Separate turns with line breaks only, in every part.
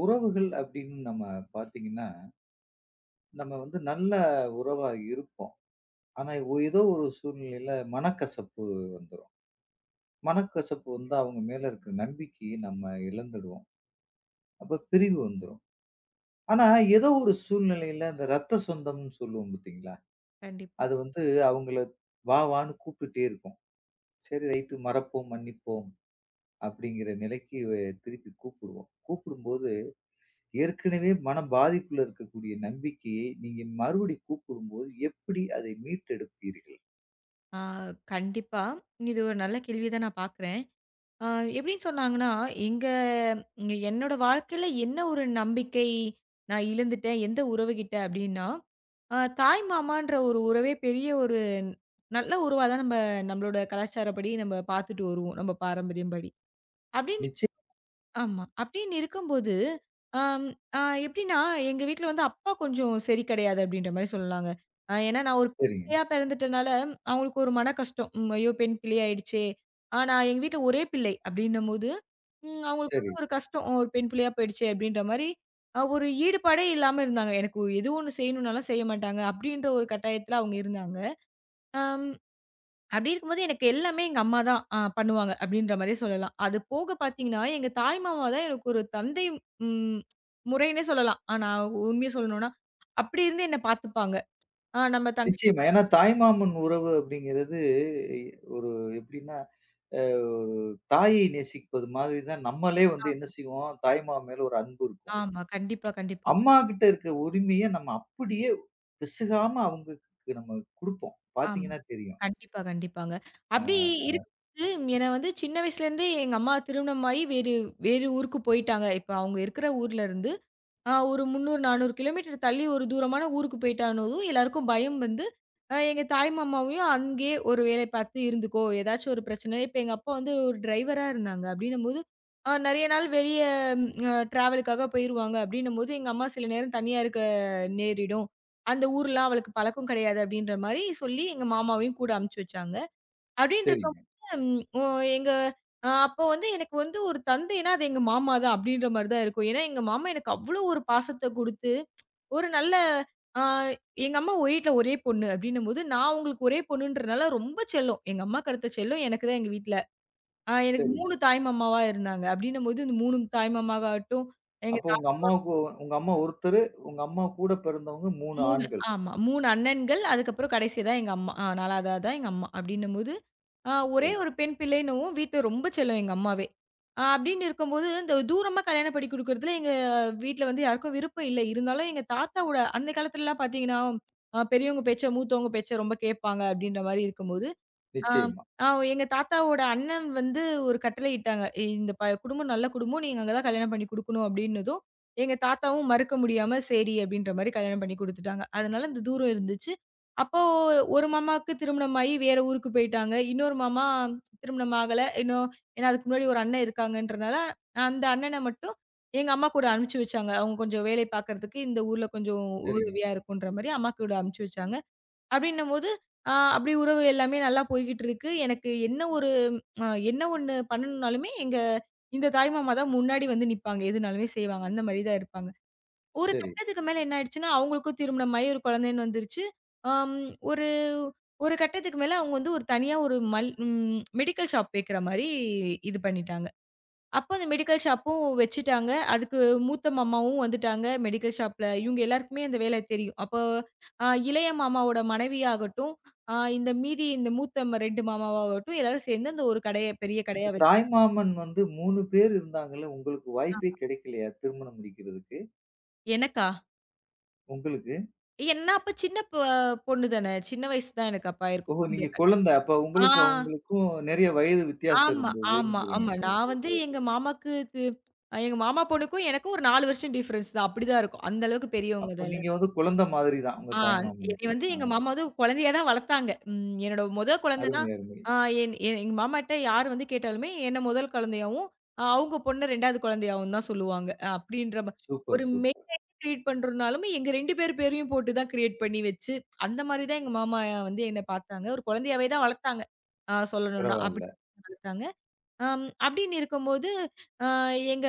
உறவுகள் அப்படின்னு நம்ம பார்த்தீங்கன்னா, நம்ம வந்து நல்ல உறவா இருப்போம். ஆனா ஏதோ ஒரு சூழ்நிலையில மனக்கசப்பு வந்துரும். மனக்கசப்பு வந்தா அவங்க மேல இருக்கிற நம்பிக்கைய நம்ம இழந்துடுவோம். அப்ப பிரிவு வந்துரும். ஆனா ஏதோ ஒரு சூழ்நிலையில இந்த ரத்த சொந்தம்ன்னு சொல்லுவோம் பார்த்தீங்களா?
கண்டிப்பா.
அது வந்து அவங்கள வா வான்னு கூப்பிட்டுட்டே இருக்கும். சரி ரைட்டு மறப்போம், மன்னிப்போம் அப்படிங்கிற நிலைக்கு திருப்பி கூப்பிடுவோம். கூப்பிடும்போது ஏற்கனவே மன பாதிப்புல இருக்கக்கூடிய நம்பிக்கையை நீங்க மறுபடி கூப்பிடும்போது எப்படி அதை மீட்டெடுப்பீர்கள்?
ஆ கண்டிப்பா. இது ஒரு நல்ல கேள்விய தான் நான் பார்க்குறேன். ஆ எப்படின்னு சொன்னாங்கன்னா, எங்க இங்க என்னோட வாழ்க்கையில என்ன ஒரு நம்பிக்கை நான் இழந்துட்டேன், எந்த உறவுகிட்ட அப்படின்னா, தாய் மாமான்ற ஒரு உறவே பெரிய ஒரு நல்ல உறவா தான் நம்மளோட கலாச்சாரப்படி நம்ம பார்த்துட்டு வருவோம், நம்ம பாரம்பரியம் படி. அப்படின்னு
நிச்சயம்.
ஆமா. அப்படின்னு இருக்கும்போது, அம் அ எப்படின்னா, எங்க வீட்ல வந்து அப்பா கொஞ்சம் சரி கிடையாது அப்படின்ற மாரி சொல்லலாங்க. ஏன்னா நான் ஒரு
சரிங்க.
பிள்ளையா பிறந்துட்டனால, அவங்களுக்கு ஒரு மன கஷ்டம். ஐயோ! பெண் பிள்ளை ஆயிடுச்சே! ஆனா எங்க வீட்ல ஒரே பிள்ளை அப்படின்னும்போது, அவங்களுக்கு
சரி.
வந்து ஒரு கஷ்டம். ஒரு பெண் பிள்ளையா போயிடுச்சே அப்படின்ற மாரி, ஒரு ஈடுபாடே இல்லாம இருந்தாங்க. எனக்கு எது ஒண்ணு செய்யணும்னாலும் செய்ய மாட்டாங்க. அப்படின்ற ஒரு கட்டாயத்துல அவங்க இருந்தாங்க. அம் அப்படி இருக்கும்போது எனக்கு எல்லாமே எங்க அம்மா தான் பண்ணுவாங்க அப்படின்ற மாரியே சொல்லலாம். அது போக பார்த்தீங்கன்னா, எங்க தாய் மாமா தான் எனக்கு ஒரு தந்தை ம் முறைன்னே சொல்லலாம். ஆனா உண்மைய சொல்லணும்னா, அப்படி இருந்து என்ன பார்த்துப்பாங்க. ஆ நம்ம தங்கச்சி
நிச்சயமா. ஏன்னா தாய்மாமன் உறவு அப்படிங்கிறது ஒரு எப்படின்னா, அ ஒரு தாயை நேசிப்பது மாதிரி தான் நம்மளே வந்து என்ன செய்வோம், தாய்மாமன் மேல ஒரு அன்பு இருக்கும்.
ஆமா. கண்டிப்பா, கண்டிப்பா.
அம்மா கிட்ட இருக்க உரிமைய நம்ம அப்படியே பிசகாம அவங்களுக்கு நம்ம குடுப்போம்.
ஆமா.
பார்த்தீங்கன்னா தெரியும்.
கண்டிப்பா, கண்டிப்பாங்க. அப்படி இருக்கும்போது என்ன வந்து சின்ன வயசுலேருந்தே எங்க அம்மா திருமணமாகி வேறு வேறு ஊருக்கு போயிட்டாங்க. இப்ப அவங்க இருக்கிற ஊர்ல இருந்து ஒரு 300, 400 கிலோமீட்டர் தள்ளி ஒரு தூரமான ஊருக்கு போயிட்டானதும், எல்லாருக்கும் பயம் வந்து, எங்க தாய் மாமாவையும் அங்கேயே ஒரு வேலை பார்த்து இருந்துக்கோ! ஏதாச்சும் ஒரு பிரச்சனை இப்ப எங்க அப்பா வந்து ஒரு டிரைவரா இருந்தாங்க. அப்டின்னும்போது, நெறைய நாள் வெளிய டிராவலுக்காக போயிருவாங்க. அப்டின்னும்போது, எங்க அம்மா சில நேரம் தனியா இருக்க நேரிடும். அந்த ஊர்லாம் அவளுக்கு பழக்கம் கிடையாது. அப்டின்ற மாரி சொல்லி, எங்க மாமாவையும் கூட அனுப்பிச்சு வச்சாங்க. அப்படின்னு
சரிங்க,
இருக்கும்போது, ம் ஒ எங்க அ அப்போ வந்து எனக்கு வந்து ஒரு தந்தைன்னா, அது எங்க மாமா தான் அப்படின்ற மாரி தான் இருக்கும். ஏன்னா, எங்க மாமா எனக்கு அவ்ளோ ஒரு பாசத்த குடுத்து, ஒரு நல்ல அ எங்க அம்மா வீட்ல ஒரே பொண்ணு அப்படின்னும்போது, நான் அவங்களுக்கு ஒரே பொண்ணுன்றனால ரொம்ப செல்லம். எங்க அம்மாக்கு அடுத்த செல்லம் எனக்கு தான் எங்க வீட்ல. எனக்கு
சரி.
3 தாய் மாமாவா இருந்தாங்க. அப்படின்னும்போது, இந்த 3 தாய் மாமாவாகட்டும், எங்க
அப்போ உங்க அம்மாவுக்கு உங்க அம்மா ஒருத்தரு, உங்க அம்மா கூட பிறந்தவங்க 3
3
ஆண்கள்.
ஆமா. 3 அண்ணன்கள். அதுக்கப்புறம் கடைசி தான் எங்க அம்மா. 4வதா தான் எங்க அம்மா. அப்படின்னும்போது, ஒரே
சரி.
ஒரு பெண் பிள்ளைன்னவும் வீட்ல ரொம்ப செல்லம் எங்க அம்மாவே. அப்படின்னு இருக்கும்போது, இந்த தூரமா கல்யாணம் பண்ணி குடுக்குறதுல எங்க வீட்ல வந்து யாருக்கும் விருப்பம் இல்ல. இருந்தாலும் எங்க தாத்தாவோட அந்த காலத்துலலாம் பார்த்தீங்கன்னா, பெரியவங்க பேச்ச, மூத்தவங்க பேச்ச ரொம்ப கேட்பாங்க அப்படின்ற மாரி இருக்கும்போது, ஆ.
நிச்சயமா.
ஆ எங்க தாத்தாவோட அண்ணன் வந்து ஒரு கட்டளையிட்டாங்க. "ஏய், இந்த ப குடும்பம் நல்ல குடும்பம். நீங்க அங்க தான் கல்யாணம் பண்ணி குடுக்கணும் அப்டின்னதும், எங்க தாத்தாவும் மறுக்க முடியாம சரி அப்டின்ற மாரி கல்யாணம் பண்ணி குடுத்துட்டாங்க. அதனால அந்த தூரம் இருந்துச்சு. அப்போ ஒரு மாமாவுக்கு திருமணமாயி வேற ஊருக்கு போயிட்டாங்க. இன்னொரு மாமா திருமணம் ஆகல. இன்னும் ஏன்னா அதுக்கு முன்னாடி ஒரு அண்ணன் இருக்காங்கன்றனால, அந்த அண்ணன மட்டும் எங்க அம்மா கூட அனுப்பிச்சு வச்சாங்க. அவங்க கொஞ்சம் வேலை பார்க்கறதுக்கு இந்த ஊர்ல கொஞ்சம்
சரிங்க.
உதவியா இருக்குன்ற மாரி அம்மா கூட அனுப்பிச்சு வச்சாங்க. அப்படின்னும்போது, அப்படி உறவு எல்லாமே நல்லா போய்க்கிட்டு இருக்கு. எனக்கு என்ன ஒரு என்ன ஒண்ணு பண்ணணும்னாலுமே, எங்க இந்த தாய்மாமா தான் முன்னாடி வந்து நிப்பாங்க. எதுனாலுமே செய்வாங்க. அந்த மாரி தான் இருப்பாங்க. ஒரு
சரி.
கட்டத்துக்கு மேல என்ன ஆயிடுச்சுன்னா, அவங்களுக்கும் திருமணமாயி ஒரு குழந்தைன்னு வந்துருச்சு. அம் ஒரு ஒரு கட்டத்துக்கு மேல அவங்க வந்து ஒரு தனியா ஒரு மல் ம் மெடிக்கல் ஷாப் வைக்கிற மாரி இது பண்ணிட்டாங்க. அப்போ அந்த மெடிக்கல் ஷாப்பும் வச்சுட்டாங்க. அதுக்கு மூத்த மாமாவும் வந்துட்டாங்க மெடிக்கல் ஷாப்ல. இவங்க எல்லாருக்குமே அந்த வேலை தெரியும். அப்போ இளைய மாமாவோட மனைவியாகட்டும், அ இந்த மீதி இந்த மூத்த 2 மாமாவாகட்டும் எல்லாரும் சேர்ந்து அந்த ஒரு கடைய பெரிய
இந்த
கடையா வச்சு
தாய்மாமன் வந்து 3 பேர் இருந்தாங்கல்ல, உங்களுக்கு வாய்ப்பே கிடைக்கலையா? திருமணம் முடிக்கிறதுக்கு?
எனக்கா?
உங்களுக்கு?
ஏன்னா அப்ப சின்ன பொண்ணு தானே. சின்ன வயசு தான் எனக்கு அப்ப ஆயிருக்கும்.
ஓஹோ!
இந்த
நீங்க
க
குழந்தை. அப்ப
ஆ
உங்களுக்கு அவங்களுக்கும் நெறைய வயது வித்தியாசம்
ஆமா,
இருந்ததுங்கிறீங்க.
ஆமா.
ம்.
நான் வந்து எங்க மாமாக்கு து எங்க மாமா பொண்ணுக்கும் எனக்கும் ஒரு 4 வருஷம் டிஃபரன்ஸ் தான். அப்படிதான் இருக்கும். அந்த அளவுக்கு பெரியவங்க
அப்ப
தான்
நீங்க
எல்லாரும்.
வந்து குழந்தை மாதிரி தான், உங்க
ஆ என்னைய
தாய்மாமனுக்கு.
வந்து
ஆ.
எங்க மாமா வந்து குழந்தையா தான் வளர்த்தாங்க. ம் என்னோட முத குழந்தன்னா,
அருமை, அருமை.
ஆ என் எ எங்க மாமாட்ட யார் வந்து கேட்டாலுமே என்ன முதல் குழந்தையாவும், அவுங்க பொண்ண 2வது குழந்தையாவும் தான் சொல்லுவாங்க. அப்டின்ற மா ஒரு
super,
mail
super.
ID create பண்றோம்னாலுமே எங்க 2 பேர் பேரையும் போட்டு தான் கிரியேட் பண்ணி வச்சு, அந்த மாரி தான் எங்க மாமா வந்து என்ன பார்த்தாங்க. ஒரு குழந்தையாவே தான் வளர்த்தாங்க. சொல்லணும்னா.
பரவால்ல.
வளர்த்தாங்க. அப்படின்னு இருக்கும்போது, அ எங்க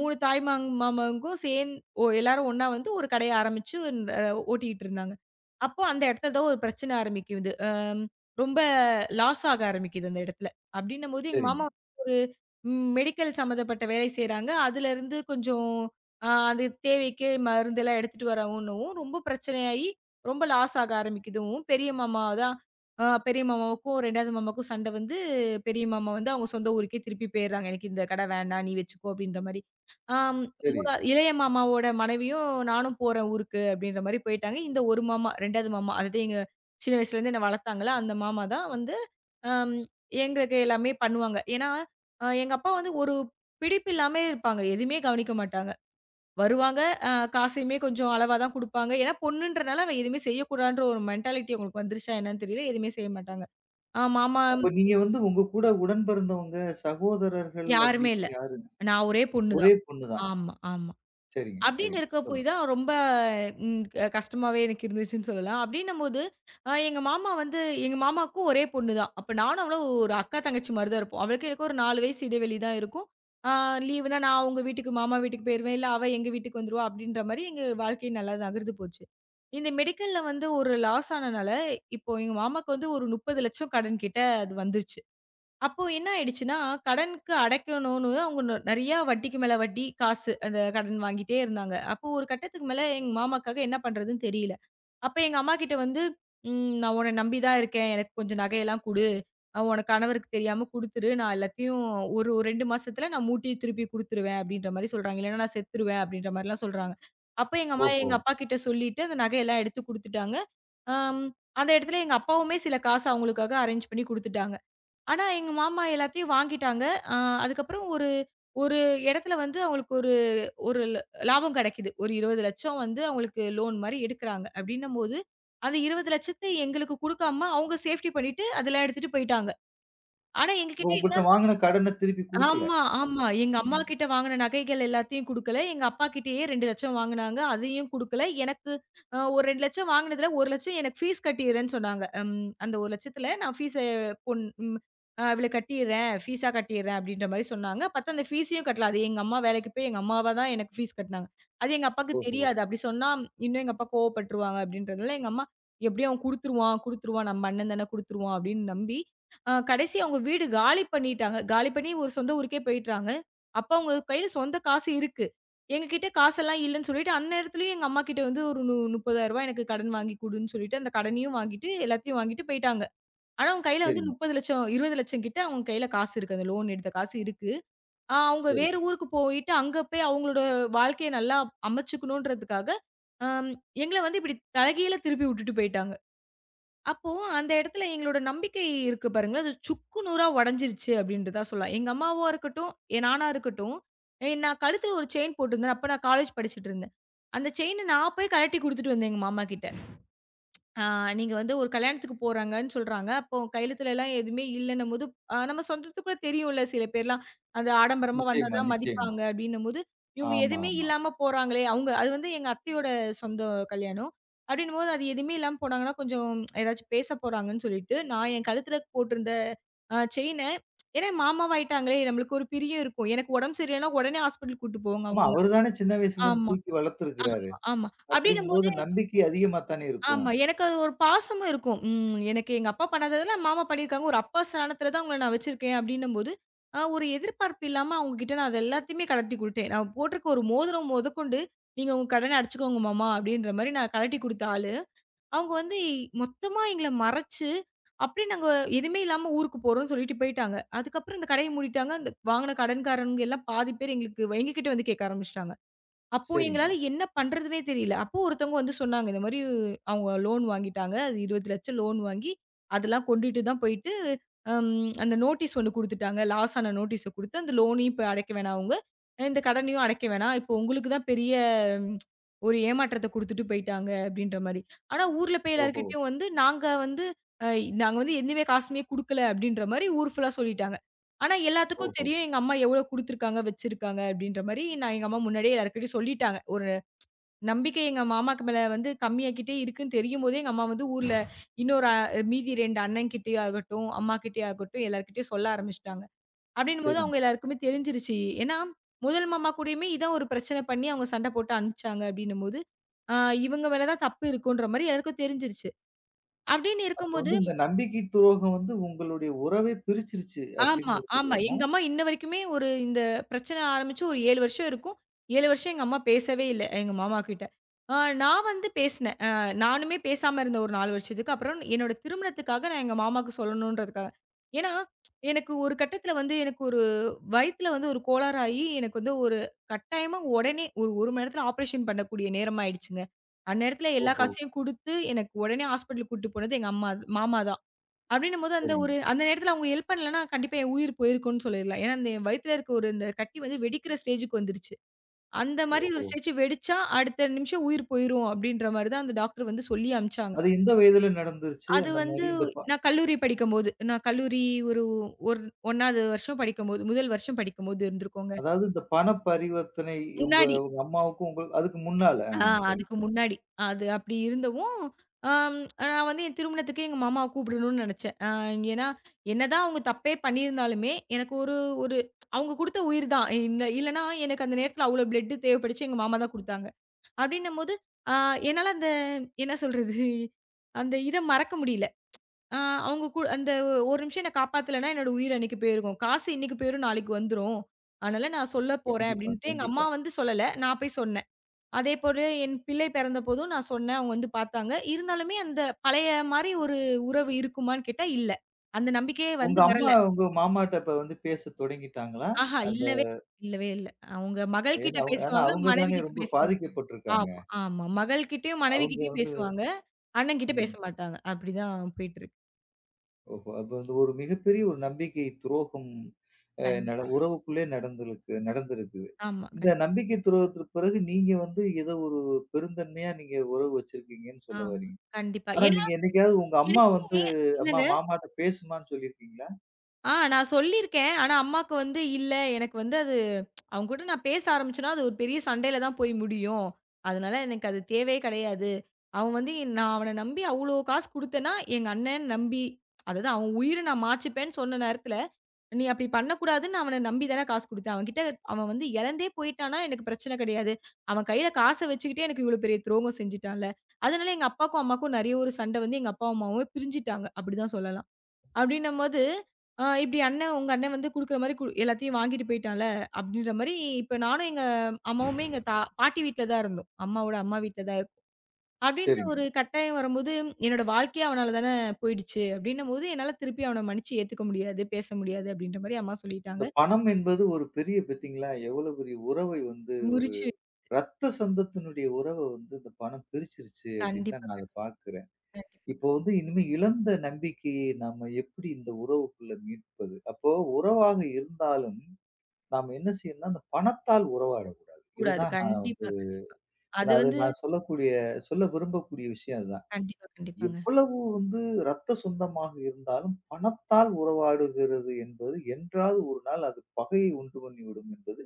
3 மாமாங்கும் சேர்ந்து எல்லாரும் ஒண்ணா வந்து ஒரு கடைய ஆரம்பிச்சு அ ஓட்டிட்டு இருந்தாங்க. அப்போ அந்த இடத்துல தான் ஒரு பிரச்சனை ஆரம்பிக்குது. ரொம்ப லாஸ் ஆக ஆரம்பிக்குது அந்த இடத்துல. அப்படின்னும்போது எங்க
சரிங்க.
மாமா ஒரு மெடிக்கல் சம்மந்தப்பட்ட வேலை செய்றாங்க. அதுலருந்து கொஞ்சம் அது தேவைக்கு மருந்தெல்லாம் எடுத்துட்டு வரவும்னவும் ரொம்ப பிரச்சனையாயி, ரொம்ப லாஸ் ஆக ஆரம்பிக்குதுவும், பெரிய மாமா தான் பெரிய மாமாவுக்கும் 2வது மாமாவுக்கும் சண்டை வந்து பெரிய மாமா வந்து அவங்க சொந்த ஊருக்கே திருப்பி போயிடுறாங்க. "எனக்கு இந்த கடை வேண்டாம். நீ வச்சுக்கோ." அப்படின்ற மாரி. ஆம்
சரி.
3 இளைய மாமாவோட மனைவியும், "நானும் போறேன் ஊருக்கு." அப்படின்ற மாரி போயிட்டாங்க. இந்த ஒரு மாமா 2வது மாமா, அதாவது எங்க சின்ன வயசுலேருந்து என்ன வளர்த்தாங்கல்ல, அந்த மாமா தான் வந்து அம் எங்களுக்கு எல்லாமே பண்ணுவாங்க. ஏன்னா, எங்க அப்பா வந்து ஒரு பிடிப்பு இல்லாமே இருப்பாங்க. எதுவுமே கவனிக்க மாட்டாங்க. வருவாங்க, அ காசையுமே கொஞ்சம் அளவா தான் குடுப்பாங்க. ஏன்னா பொண்ணுன்றனால அவ எதுவுமே செய்யக்கூடாதுன்ற ஒரு மென்டாலிட்டி அவங்களுக்கு வந்துருச்சா என்னன்னு தெரியல. எதுவுமே செய்ய மாட்டாங்க. அ மாமா
அப்ப நீங்க வந்து உங்க கூட உடன் பிறந்தவங்க, சகோதரர்கள்
யாருமே
அப்படின்னு
இல்ல.
யாருங்க?
நான் ஒரே பொண்ணு தான்.
ஒரே பொண்ணு தான்.
ஆமா, ஆமா.
சரிங்க,
அப்படின்னு
சரிங்க.
இருக்க போய்
சொல்லுங்க.
தான் ரொம்ப ம் க கஷ்டமாவே எனக்கு இருந்துச்சுன்னு சொல்லலாம். அப்படின்னும்போது, எங்க மாமா வந்து எங்க மாமாவுக்கும் ஒரே பொண்ணு தான். அப்ப நானும் அவளும் ஒரு அக்கா தங்கச்சி மாரி தான் இருப்போம். அவளுக்கும் எனக்கும் ஒரு 4 வயசு இடைவெளி தான் இருக்கும். ஆ லீவுனா நான் அவங்க வீட்டுக்கு மாமா வீட்டுக்கு போயிருவேன். இல்ல அவ எங்க வீட்டுக்கு வந்துருவா அப்படின்ற மாரி எங்க வாழ்க்கை நல்லா நகர்ந்து போச்சு. இந்த மெடிக்கல்ல வந்து ஒரு லாஸ் ஆனனால, இப்போ எங்க மாமாவுக்கு வந்து ஒரு 30,00,000 கடன் கிட்ட அது வந்துருச்சு. அப்போ என்ன ஆயிடுச்சுன்னா, கடனுக்கு அடைக்கணும்னு அவங்க நெறையா வட்டிக்கு மேல வட்டி, காசு அந்த கடன் வாங்கிட்டே இருந்தாங்க. அப்போ ஒரு கட்டத்துக்கு மேல எங்க மாமாக்காக என்ன பண்றதுன்னு தெரியல. அப்ப எங்க அம்மாகிட்ட வந்து, நான் உன்ன நம்பி தான் இருக்கேன். எனக்கு கொஞ்சம் நகையெல்லாம் குடு. உனக்கு கணவருக்கு தெரியாம குடுத்துரு. நான் எல்லாத்தையும் ஒரு 2 மாசத்துல நான் மூட்டி திருப்பி குடுத்துருவேன்." அப்படீன்ற மாரி சொல்றாங்க. "இல்லன்னா நான் செத்துருவேன்." அப்படீன்ற மாரிலாம் சொல்றாங்க. அப்ப எங்க அம்மா
ஓஹோ!
எங்க அப்பாகிட்ட சொல்லிட்டு, அந்த நகையெல்லாம் எடுத்து குடுத்துட்டாங்க. அம் அந்த இடத்துல எங்க அப்பாவுமே சில காசு அவங்களுக்காக அரேஞ்ச் பண்ணி குடுத்துட்டாங்க. ஆனா, எங்க மாமா எல்லாத்தையும் வாங்கிட்டாங்க. அ அதுக்கப்புறம் ஒரு ஒரு இடத்துல வந்து அவங்களுக்கு ஒரு ஒரு ல லாபம் கிடைக்குது. ஒரு 20,00,000 வந்து அவங்களுக்கு லோன் மாரி எடுக்குறாங்க. அப்டின்னும்போது, அந்த 20,00,000 எங்களுக்கு குடுக்காம அவங்க சேஃப்டி பண்ணிட்டு அதெல்லாம் எடுத்துட்டு போயிட்டாங்க. ஆனா,
இப்ப
எங்ககிட்ட என்ன
உங்கள்ட்ட வாங்குன கடன திருப்பி குடுக்கல.
ஆமா,
அந்த
ஆமா. எங்க
ம்.
அம்மாகிட்ட வாங்குன நகைகள் எல்லாத்தையும் குடுக்கல. எங்க அப்பாகிட்டயே 2,00,000 வாங்குனாங்க. அதையும் குடுக்கல. எனக்கு ஒரு 2,00,000 வாங்குனதுல 1,00,000 எனக்கு ஃபீஸ் கட்டிர்றேன்னு சொன்னாங்க. அந்த 1,00,000த்துல நான் ஃபீஸ பொன் ம் அ இவள கட்டிர்றேன். ஃபீஸா கட்டிர்றேன் அப்டின்ற மாரி சொன்னாங்க. பார்த்தா அந்த ஃபீஸையும் கட்டல. அது எங்க அம்மா வேலைக்கு போய் எங்க அம்மாவா தான் எனக்கு ஃபீஸ் கட்னாங்க. அது எங்க அப்பாக்கு
ஓஹோ!
தெரியாது. அப்டி சொன்னா இன்னும் எங்க அப்பா கோவப்பட்டுருவாங்க அப்டின்றதுனால எங்க அம்மா, "எப்டியும் அவன் குடுத்துருவான், குடுத்துருவான். நம்ம அண்ணன் தானே குடுத்துருவான்" அப்டின்னு நம்பி கடைசியா அவங்க வீடு காலி பண்ணிட்டாங்க. காலி பண்ணி ஒரு சொந்த ஊருக்கே போயிட்டாங்க. அப்ப அவங்க கையில சொந்த காசு இருக்கு. எங்ககிட்ட காசெல்லாம் இல்லன்னு சொல்லிட்டு, அந்நேரத்துலயும் எங்க அம்மாகிட்ட வந்து ஒரு ரூ. 30,000 எனக்கு கடன் வாங்கி குடுன்னு சொல்லிட்டு, அந்த கடனையும் வாங்கிட்டு, எல்லாத்தையும் வாங்கிட்டு போயிட்டாங்க. ஆனா அவங்க கையில வந்து
சரிங்க.
30,00,000 20,00,000 கிட்ட அவங்க கையில காசு இருக்கு. அந்த லோன் எடுத்த காசு இருக்கு. அவங்க
சரி.
வேற ஊருக்கு போயிட்டு, அங்க போய் அவங்களோட வாழ்க்கைய நல்லா அமைச்சுக்கணுன்றதுக்காக, அம் எங்கள வந்து இப்டி தலைகீழா திருப்பி விட்டுட்டு போயிட்டாங்க. அப்போ அந்த இடத்துல எங்களோட நம்பிக்கை இருக்கு பாருங்களேன். அது சுக்கு நூறா உடைஞ்சிருச்சு அப்டின்ட்டு தான் சொல்லலாம். எங்க அம்மாவா இருக்கட்டும், என் நானா இருக்கட்டும், நான் கழுத்துல ஒரு செயின் போட்டிருந்தேன். அப்ப நான் காலேஜ் படிச்சுட்டு இருந்தேன். அந்த செயின நான் போய் கழட்டி குடுத்துட்டு வந்தேன் எங்க மாமாகிட்ட. ஆ நீங்க வந்து ஒரு கல்யாணத்துக்கு போறாங்கன்னு சொல்றாங்க. அப்போ கையெழுத்துலலாம் எதுவுமே இல்லன்னும்போது, நம்ம சொந்தத்துக்குள்ள தெரியும்ல சில பேர்லாம், அந்த ஆடம்பரமா வந்தா
நிச்சயமா,
தான்
நிச்சயமா.
மதிப்பாங்க அப்டின்னும்போது, இவங்க
ஆமா,
எதுவுமே
ஆமா.
இல்லாம போறாங்களே! அவங்க அது வந்து எங்க அத்தையோட சொந்த கல்யாணம். அப்டின்னும்போது அது எதுவுமே இல்லாம போனாங்கன்னா, கொஞ்சம் ஏதாச்சும் பேச போறாங்கன்னு சொல்லிட்டு, நான் என் கழுத்துல போட்டிருந்த செயின ஏன்னா மாமாவாயிட்டாங்களே! நம்மளுக்கு ஒரு பிரியம் இருக்கும். எனக்கு உடம்பு சரியில்லன்னா உடனே ஹாஸ்பிட்டல் கூட்டு போவாங்க
ஆமா
அவங்க.
அவரு தானே சின்ன வயசுலருந்து
ஆமா,
தூக்கி
ஆமா,
வளர்த்துருக்கிறாரு.
ஆமா.
அப்படிங்கும்போது
அப்டின்னும்போது
நம்பிக்கை அதிகமா தானே இருக்கும்.
ஆமா. எனக்கு அது ஒரு பாசமும் இருக்கும். எனக்கு எங்க அப்பா பண்ணாததுல மாமா பண்ணியிருக்காங்க. ஒரு அப்பா ஸ்தானத்துல தான் அவங்கள நான் வச்சிருக்கேன் அப்டின்னும்போது, ஒரு எதிர்பார்ப்பு இல்லாம அவங்க கிட்ட நான் அத எல்லாத்தையுமே கலட்டி குடுத்தேன். நான் போட்டிருக்க ஒரு மோதிரம் மொதக்கொண்டு, "நீங்க உங்க கடன அடச்சுக்கோங்க மாமா" அப்டின்ற மாரி நான் கலட்டி குடுத்த ஆளு. அவங்க வந்து மொத்தமா எங்கள மறச்சு, அப்டியே நாங்க எதுவுமே இல்லாம ஊருக்கு போறோம்னு சொல்லிட்டு போயிட்டாங்க. அதுக்கப்புறம் இந்த கடைய மூடிட்டாங்க. அந்த வாங்குன கடன்காரங்க எல்லாம் பாதி பேர் எங்களுக்கு எங்ககிட்ட வந்து கேட்க ஆரம்பிச்சுட்டாங்க. அப்போ
சரிங்க.
எங்களால என்ன பண்றதுன்னே தெரியல. அப்போ ஒருத்தவங்க வந்து சொன்னாங்க, இந்த மாரி அவங்க லோன் வாங்கிட்டாங்க. அது 20,00,000 லோன் வாங்கி, அதெல்லாம் கொண்டுட்டு தான் போயிட்டு, அம் அந்த நோட்டீஸ் ஒண்ணு குடுத்துட்டாங்க. லாஸ் ஆன நோட்டீஸ குடுத்து, அந்த லோனையும் இப்ப அடைக்க வேணாம் அவங்க. இந்த கடனையும் அடைக்க வேணாம். இப்போ உங்களுக்கு தான் பெரிய ம், ஒரு ஏமாற்றத்த குடுத்துட்டு போயிட்டாங்க அப்படின்ற மாரி. ஆனா ஊர்ல போய்
ஓஹோ!
எல்லார்கிட்டயும் வந்து, அ நாங்க வந்து எதுவுமே காசுமே குடுக்கல அப்படின்ற மாரி ஊர் ஃபுல்லா சொல்லிட்டாங்க. ஆனா எல்லாத்துக்கும்
ஓஹோ!
தெரியும் எங்க அம்மா எவ்வளோ குடுத்துருக்காங்க, வச்சிருக்காங்க அப்படின்ற மாரி நான் எங்க அம்மா முன்னாடியே எல்லார்கிட்டயும் சொல்லிட்டாங்க. ஒரு நம்பிக்கை எங்க மாமாக்கு மேல வந்து கம்மியாக்கிட்டே இருக்குன்னு தெரியும்போதே, எங்க அம்மா வந்து ஊர்ல இன்னொரு அ மீதி 2 அண்ணன்கிட்டயே ஆகட்டும், அம்மாகிட்டயே ஆகட்டும் எல்லார்கிட்டயும் சொல்ல ஆரம்பிச்சுட்டாங்க. அப்படின்னும்போது
சரிங்க.
அவங்க எல்லாருக்குமே தெரிஞ்சிருச்சு. ஏன்னா, முதல் மாமா கூடயுமே இதான் ஒரு பிரச்சனை பண்ணி அவங்க சண்டை போட்டு அனுப்பிச்சாங்க அப்படின்னும்போது, ஆ இவங்க மேல தான் தப்பு இருக்குன்ற மாரி எல்லாருக்கும் தெரிஞ்சிருச்சு. அப்படின்னு
அப்ப
இருக்கும்போது
வந்து இந்த நம்பிக்கை துரோகம் வந்து உங்களுடைய உறவே பிரிச்சிருச்சு
ஆமா,
அப்படின்னு
ஆமா.
எடுத்துக்கலாமா?
எங்க அம்மா இன்ன வரைக்குமே ஒரு இந்த பிரச்சனை ஆரம்பிச்சு ஒரு 7 வருஷம் இருக்கும். 7 வருஷம் எங்க அம்மா பேசவே இல்ல, எங்க மாமா கிட்ட. ஆ நான் வந்து பேசினேன். நானுமே பேசாம இருந்தேன் ஒரு 4 வருஷத்துக்கு. அப்புறம் என்னோட திருமணத்துக்காக நான் எங்க மாமாவுக்கு சொல்லணுன்றதுக்காக. ஏன்னா, எனக்கு ஒரு கட்டத்தில வந்து எனக்கு ஒரு வயித்தில வந்து ஒரு கோளாறாகி, எனக்கு வந்து ஒரு கட்டாயமா உடனே ஒரு 1 மணி நேரத்தில ஆப்ரேஷன் பண்ணக்கூடிய நேரம் ஆயிடுச்சுங்க. அந்நேரத்தில எல்லா
ஓஹோ!
காசையும் குடுத்து, எனக்கு உடனே ஹாஸ்பிட்டலுக்கு கூட்டிட்டு போனது எங்க அம்மா மாமா தான். அப்படின்னும்போது அந்த
சரிங்க.
ஒரு அந்த நேரத்துல அவங்க ஹெல்ப் பண்ணலன்னா, கண்டிப்பா என் உயிர் போயிருக்கும்னு சொல்லிடலாம். ஏன்னா, அந்த என் வயித்துல இருக்க ஒரு இந்த கட்டி வந்து வெடிக்கிற ஸ்டேஜ்க்கு வந்துருச்சு. அந்த மாரி ஒரு
ஓஹோ!
ஸ்டேஜ் வெடிச்சா, அடுத்த நிமிஷம் உயிர் போயிரும் அப்படின்ற மாரி தான் அந்த டாக்டர் வந்து சொல்லி அனுப்பிச்சாங்க.
அது எந்த வயதுல நடந்துருச்சு?
அது
அந்த
வந்து
மாரி இந்த ப
நான் கல்லூரி படிக்கும்போது, நான் கல்லூரி ஒரு 1 1வது வருஷம் படிக்கும்போது, முதல் வருஷம் படிக்கும்போது இருந்திருக்கோங்க.
அதாவது இந்த பண பரிவர்த்தனை உங்க
முன்னாடி
உங்க அம்மாவுக்கும் உங்க அதுக்கு முன்னால.
ஆ
ஆ சரி.
அதுக்கு முன்னாடி. அது அப்படி இருந்தவும், அம் நான் வந்து என் திருமணத்துக்கு எங்க மாமாவ கூப்பிடணும்னு நெனச்சேன். ஏன்னா, என்னதான் அவங்க தப்பே பண்ணியிருந்தாலுமே, எனக்கு ஒரு ஒரு அவங்க குடுத்த உயிர் தான். இல்ல இல்லன்னா எனக்கு அந்த நேரத்துல அவ்ளோ பிளட் தேவைப்பட்டுச்சு. எங்க மாமா தான் குடுத்தாங்க. அப்படின்னும்போது, அ என்னால அந்த என்ன சொல்றது? அந்த இத மறக்க முடியல. அ அவங்க கு அந்த ஒரு நிமிஷம் என்ன காப்பாத்தலன்னா, என்னோட உயிர் அன்னைக்கு போயிருக்கும். காசு இன்னைக்கு போயிரும், நாளைக்கு வந்துரும். அதனால நான் சொல்லப் போறேன்
கண்டிப்பா,
அப்படின்ட்டு எங்க அம்மா
கண்டிப்பா.
வந்து சொல்லல. நான் போய் சொன்னேன். அதேபோல என் பிள்ளை பிறந்தபோதும் நான் சொன்னேன். அவங்க வந்து பார்த்தாங்க. இருந்தாலுமே அந்த பழைய மாரி ஒரு உறவு இருக்குமான்னு கேட்டா இல்ல. அந்த நம்பிக்கையே
உங்க
வந்து வரல.
அம்மா, உங்க மாமாட்ட இப்ப வந்து பேசத் தொடங்கிட்டாங்களா?
ஆஹா!
அந்த
இல்லவே இல்லவே இல்ல. அவங்க மகள்
ஏன்னா
கிட்ட
அவங்க ஏன்னா
பேசுவாங்க,
அவங்க
மனைவி
தானே
கிட்ட
ரொம்ப
பேசுவாங்க.
பாதிக்கப்பட்டுருக்காங்க.
ஆமா, ஆமா. மகள் கிட்டயும், மனைவி
அவங்க
கிட்டயும்
வந்து
பேசுவாங்க. அண்ணன் கிட்ட பேச
ம்.
மாட்டாங்க. அப்படிதான் போயிட்டு இருக்கு.
ஓஹோ! அப்ப வந்து ஒரு மிகப்பெரிய ஒரு நம்பிக்கை துரோகம் அ நட
கண்டிப்பா.
உறவுக்குள்ளே நடந்திருக்குது.
ஆமா,
இந்த
கண்
நம்பிக்கை துரோகத்திற்கு பிறகு நீங்க வந்து ஏதோ ஒரு பெருந்தன்மையா நீங்க உறவு வச்சிருக்கீங்கன்னு சொல்ல
ஆமா.
வர்றீங்க.
கண்டிப்பா.
ஆனா
ஏன்னா,
நீங்க என்னைக்காவது உங்க அம்மா வந்து,
எனக்குமே
"அம்மா
இல்லங்க.
மாமாட்ட பேசுமான்னு" சொல்லியிருக்கீங்களா?
நான் சொல்லியிருக்கேன். ஆனா அம்மாக்கு வந்து இல்ல எனக்கு வந்து அது அவங்க கூட நான் பேச ஆரம்பிச்சேன்னா, அது ஒரு பெரிய சண்டையில தான் போய் முடியும். அதனால எனக்கு அது தேவையே கிடையாது. அவன் வந்து நான் அவன நம்பி அவ்ளோ காசு குடுத்தேன்னா, எங்க அண்ணன் நம்பி அதாவது அவன் உயிர நான் மாச்சுப்பேன்னு சொன்ன நேரத்துல, நீ அப்படி பண்ணக்கூடாதுன்னு அவன நம்பி தானே காசு குடுத்தேன். அவன்கிட்ட அவன் வந்து இழந்தே போயிட்டான்னா, எனக்கு பிரச்சனை கிடையாது. அவன் கையில காச வச்சுக்கிட்டே எனக்கு இவ்ளோ பெரிய துரோகம் செஞ்சுட்டான்ல. அதனால எங்க அப்பாக்கும், அம்மாக்கும் நெறைய ஒரு சண்டை வந்து எங்க அப்பா, அம்மாவும் பிரிஞ்சுட்டாங்க. அப்படிதான் சொல்லலாம். அப்டின்னம்போது, அ இப்டி அண்ணன் உங்க அண்ணன் வந்து குடுக்குற மாரி எல்லாத்தையும் வாங்கிட்டு போயிட்டான்ல, அப்டின்ற மாரி இப்ப நானும் எங்க அம்மாவுமே எங்க பாட்டி வீட்ல தான் இருந்தோம். அம்மாவோட அம்மா வீட்ல தான் இருந்தோம். அப்டின்ற
சரிங்க.
ஒரு கட்டாயம் வரும்போது, என்னோட வாழ்க்கையே அவனால தான போயிடுச்சு. அப்டின்னம்போது, என்னால திருப்பி அவன மன்னிச்சு ஏத்துக்க முடியாது, பேச முடியாது அப்டின்ற மாரி அம்மா
இந்த
சொல்லிட்டாங்க.
பணம் என்பது ஒரு பெரிய பாத்தீங்களா, எவ்வளவு பெரிய உறவை வந்து ஒரு
முறிச்சு
ரத்த சொந்தத்தினுடைய உறவ வந்து இந்த பணம் பிரிச்சிருச்சு அப்படின்னு தான்
கண்டிப்பா,
நான் அத
கண்டிப்பா
பார்க்கிறேன். இப்போ வந்து இனிமே இழந்த நம்பிக்கையை நாம எப்படி இந்த உறவுக்குள்ள மீட்பது? அப்போ உறவாக இருந்தாலும், நாம என்ன செய்யணும்னா, அந்த பணத்தால் உறவாடக்கூடாது.
கூடாது.
இதுதான் நான் வந்து
கண்டிப்பா, கண்டிப்பா. அது வந்து
நான் சொல்லக்கூடிய சொல்ல விரும்பக்கூடிய விஷயம் அதுதான்.
கண்டிப்பா, கண்டிப்பாங்க.
எவ்வளவு வந்து ரத்த சொந்தமாக இருந்தாலும் பணத்தால் உறவாடுகிறது என்பது என்றாவது ஒரு நாள் அது பகையை உண்டு பண்ணிவிடும் என்பது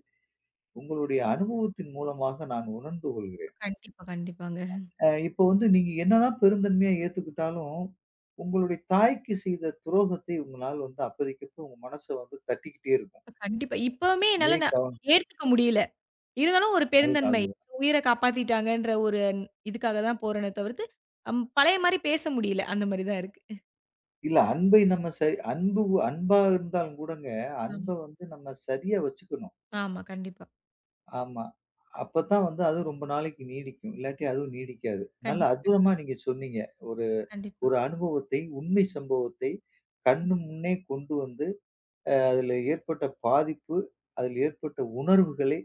உங்களுடைய அனுபவத்தின் மூலமாக நான் உணர்ந்து கொள்கிறேன்.
கண்டிப்பா, கண்டிப்பாங்க.
இப்போ வந்து நீங்க என்னதான் பெருந்தன்மையா ஏத்துக்கிட்டாலும், உங்களுடைய தாய்க்கு செய்த துரோகத்தை உங்களால வந்து அப்பதைக்கப்ப உங்க மனச வந்து தட்டிக்கிட்டே இருக்கும்.
கண்டிப்பா. இப்பவுமே
இதே
என்னால நான்
கவனம்
ஏத்துக்க முடியல. இருந்தாலும் ஒரு
அதுதான்,
பெருந்தன்மை.
அதுதான்.
உயிர காப்பாத்திட்டாங்கன்ற ஒரு இதுக்காக தான் போறேனே தவிர்த்து, பழைய மாரி பேச முடியல. அந்த மாரி தான் இருக்கு.
இல்ல அன்பை நம்ம சரி அன்பு அன்பா இருந்தாலும் கூடங்க, அன்ப
ஆமா,
வந்து நம்ம சரியா வச்சுக்கணும்.
ஆமா. கண்டிப்பா.
ஆமா. அப்பதான் வந்து அது ரொம்ப நாளைக்கு நீடிக்கும். இல்லாட்டி அதுவும் நீடிக்காது. நல்லா
கண்டிப்பா, கண்
அற்புதமா நீங்க சொன்னீங்க. ஒரு
கண்டிப்பா,
ஒரு அனுபவத்தை, உண்மை சம்பவத்தை கண்ணு
கண்டிப்பா,
முன்னே கொண்டு வந்து, அதில ஏற்பட்ட பாதிப்பு, அதில் ஏற்பட்ட உணர்வுகளை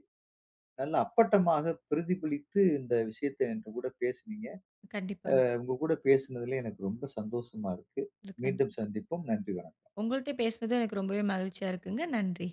நல்ல அப்பட்டமாக பிரதிபலித்து இந்த விஷயத்தை என்று கூட பேசுனீங்க.
கண்டிப்பாங்க.
உங்க கூட பேசுனதுல எனக்கு ரொம்ப சந்தோஷமா இருக்கு.
கண்டிப்பா.
மீண்டும் சந்திப்போம். நன்றி வணக்கம்.
உங்கள்ட்ட பேசுனது எனக்கு ரொம்பவே மகிழ்ச்சியா இருக்குங்க. நன்றி.